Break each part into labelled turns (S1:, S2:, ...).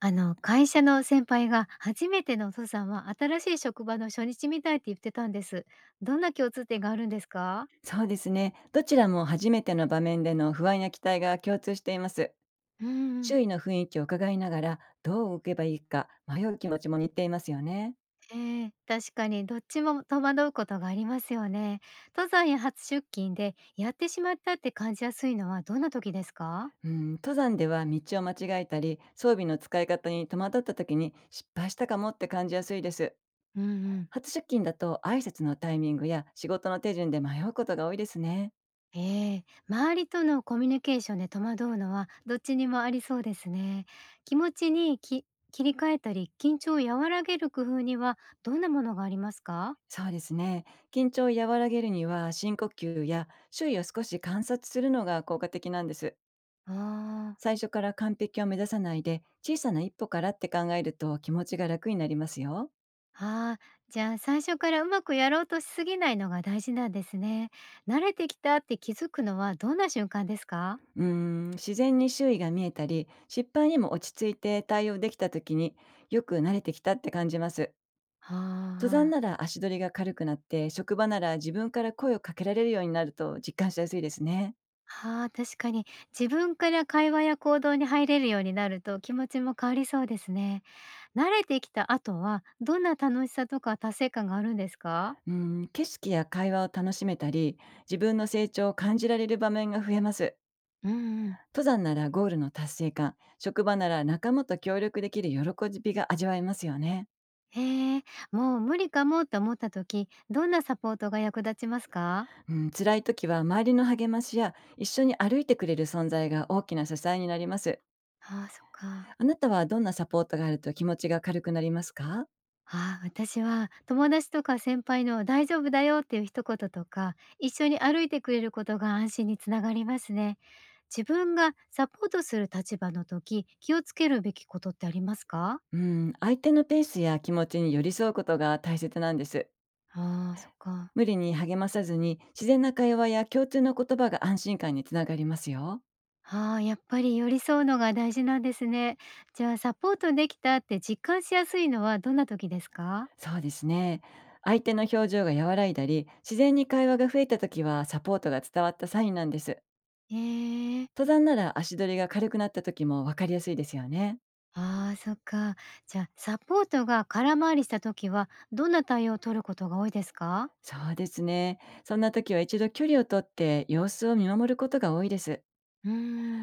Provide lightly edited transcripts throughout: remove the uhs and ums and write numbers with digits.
S1: 会社の先輩が初めてのお父さんは新しい職場の初日みたいって言ってたんです。どんな共通点があるんですか？
S2: そうですね。どちらも初めての場面での不安や期待が共通しています。
S1: うん。
S2: 周囲の雰囲気を伺いながら、どう動けばいいか迷う気持ちも似ていますよね。
S1: 確かにどっちも戸惑うことがありますよね。登山や初出勤でやってしまったって感じやすいのはどんな時ですか？
S2: うん、登山では道を間違えたり、装備の使い方に戸惑った時に失敗したかもって感じやすいです。
S1: うんうん。
S2: 初出勤だと挨拶のタイミングや仕事の手順で迷うことが多いですね。
S1: 周りとのコミュニケーションで戸惑うのはどっちにもありそうですね。気持ちに切り替えたり緊張を和らげる工夫にはどんなものがありますか？
S2: そうですね。緊張を和らげるには深呼吸や周囲を少し観察するのが効果的なんです。
S1: ああ、
S2: 最初から完璧を目指さないで小さな一歩からって考えると気持ちが楽になりますよ。
S1: ああ、じゃあ最初からうまくやろうとしすぎないのが大事なんですね。慣れてきたって気づくのはどんな瞬間ですか？
S2: 自然に周囲が見えたり、失敗にも落ち着いて対応できた時に、よく慣れてきたって感じます。登山
S1: あ。
S2: な
S1: ー
S2: ら足取りが軽くなって、職場なら自分から声をかけられるようになると実感しやすいですね。
S1: あー、確かに自分から会話や行動に入れるようになると気持ちも変わりそうですね。慣れてきた後はどんな楽しさとか達成感があるんですか？
S2: 景色や会話を楽しめたり、自分の成長を感じられる場面が増えます。
S1: うんうん。
S2: 登山ならゴールの達成感、職場なら仲間と協力できる喜びが味わえますよね。
S1: へえ、もう無理かもって思った時、どんなサポートが役立ちますか？
S2: うん、辛い時は周りの励ましや一緒に歩いてくれる存在が大きな支えになります。
S1: ああー、そっか。
S2: あなたはどんなサポートがあると気持ちが軽くなりますか？
S1: ああ、私は友達とか先輩の「大丈夫だよ」っていう一言とか、一緒に歩いてくれることが安心につながりますね。自分がサポートする立場の時、気をつけるべきことってありますか？
S2: うん、相手のペースや気持ちに寄り添うことが大切なんです。
S1: ああ、そっか。
S2: 無理に励まさずに、自然な会話や共通の言葉が安心感につながりますよ。
S1: ああ、やっぱり寄り添うのが大事なんですね。じゃあサポートできたって実感しやすいのはどんな時ですか？
S2: そうですね。相手の表情が和らいだり、自然に会話が増えた時は、サポートが伝わったサインなんです。
S1: ええ、
S2: 登山なら足取りが軽くなった時も分かりやすいですよね。
S1: ああ、そっか。じゃ、あサポートが空回りした時はどんな対応を取ることが多いですか？
S2: そうですね。そんな時は一度距離をとって様子を見守ることが多いです。
S1: うー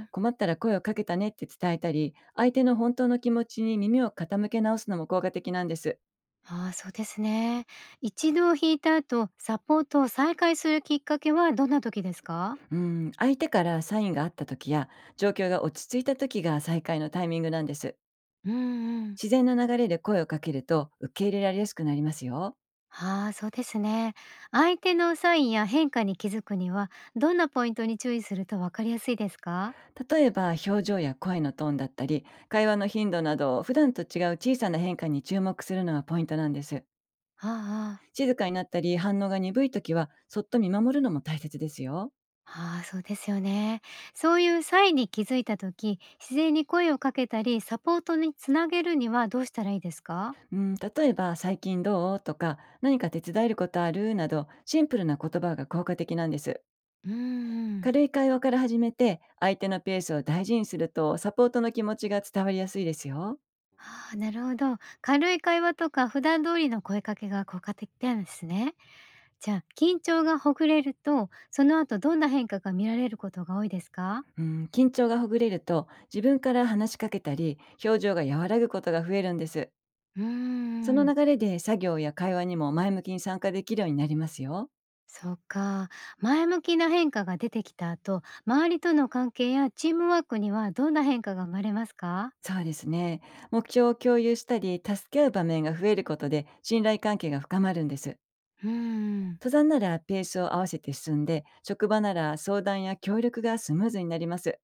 S1: ん。
S2: 困ったら声をかけたねって伝えたり、相手の本当の気持ちに耳を傾け直すのも効果的なんです。
S1: ああ、そうですね。一度引いた後、サポートを再開するきっかけはどんな時ですか？
S2: うん、相手からサインがあった時や、状況が落ち着いた時が再会のタイミングなんです。
S1: うんうん。
S2: 自然な流れで声をかけると受け入れられやすくなりますよ。
S1: ああ、そうですね。相手のサインや変化に気づくには、どんなポイントに注意するとわかりやすいですか？
S2: 例えば表情や声のトーンだったり、会話の頻度など、普段と違う小さな変化に注目するのがポイントなんです。
S1: ああああ。
S2: 静かになったり反応が鈍い時は、そっと見守るのも大切ですよ。
S1: ああ、そうですよね。そういうサインに気づいた時、自然に声をかけたり、サポートにつなげるにはどうしたらいいですか？
S2: うん、例えば「最近どう？」とか「何か手伝えることある？」などシンプルな言葉が効果的なんです。
S1: うんうん。
S2: 軽い会話から始めて相手のペースを大事にすると、サポートの気持ちが伝わりやすいですよ。
S1: ああ、なるほど。軽い会話とか普段通りの声かけが効果的なんですね。じゃあ、緊張がほぐれると、その後どんな変化が見られることが多いですか？
S2: うん、緊張がほぐれると、自分から話しかけたり表情が和らぐことが増えるんです。
S1: うー
S2: その
S1: ん。
S2: 流れで作業や会話にも前向きに参加できるようになりますよ。
S1: そうか。前向きな変化が出てきた後、周りとの関係やチームワークにはどんな変化が生まれますか？
S2: そうですね。目標を共有したり助け合う場面が増えることで、信頼関係が深まるんです。
S1: うーん。
S2: 登山ならペースを合わせて進んで、職場なら相談や協力がスムーズになります。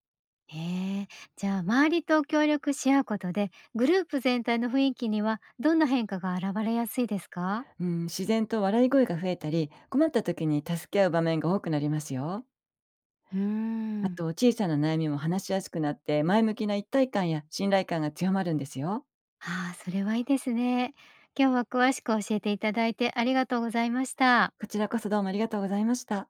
S1: へえ、じゃあ周りと協力し合うことで、グループ全体の雰囲気にはどんな変化が現れやすいですか？
S2: うん、自然と笑い声が増えたり、困った時に助け合う場面が多くなりますよ。
S1: うー
S2: あ
S1: ん。
S2: と、小さな悩みも話しやすくなって、前向きな一体感や信頼感が強まるんですよ。
S1: ああ、それはいいですね。今日は詳しく教えていただいてありがとうございました。
S2: こちらこそどうもありがとうございました。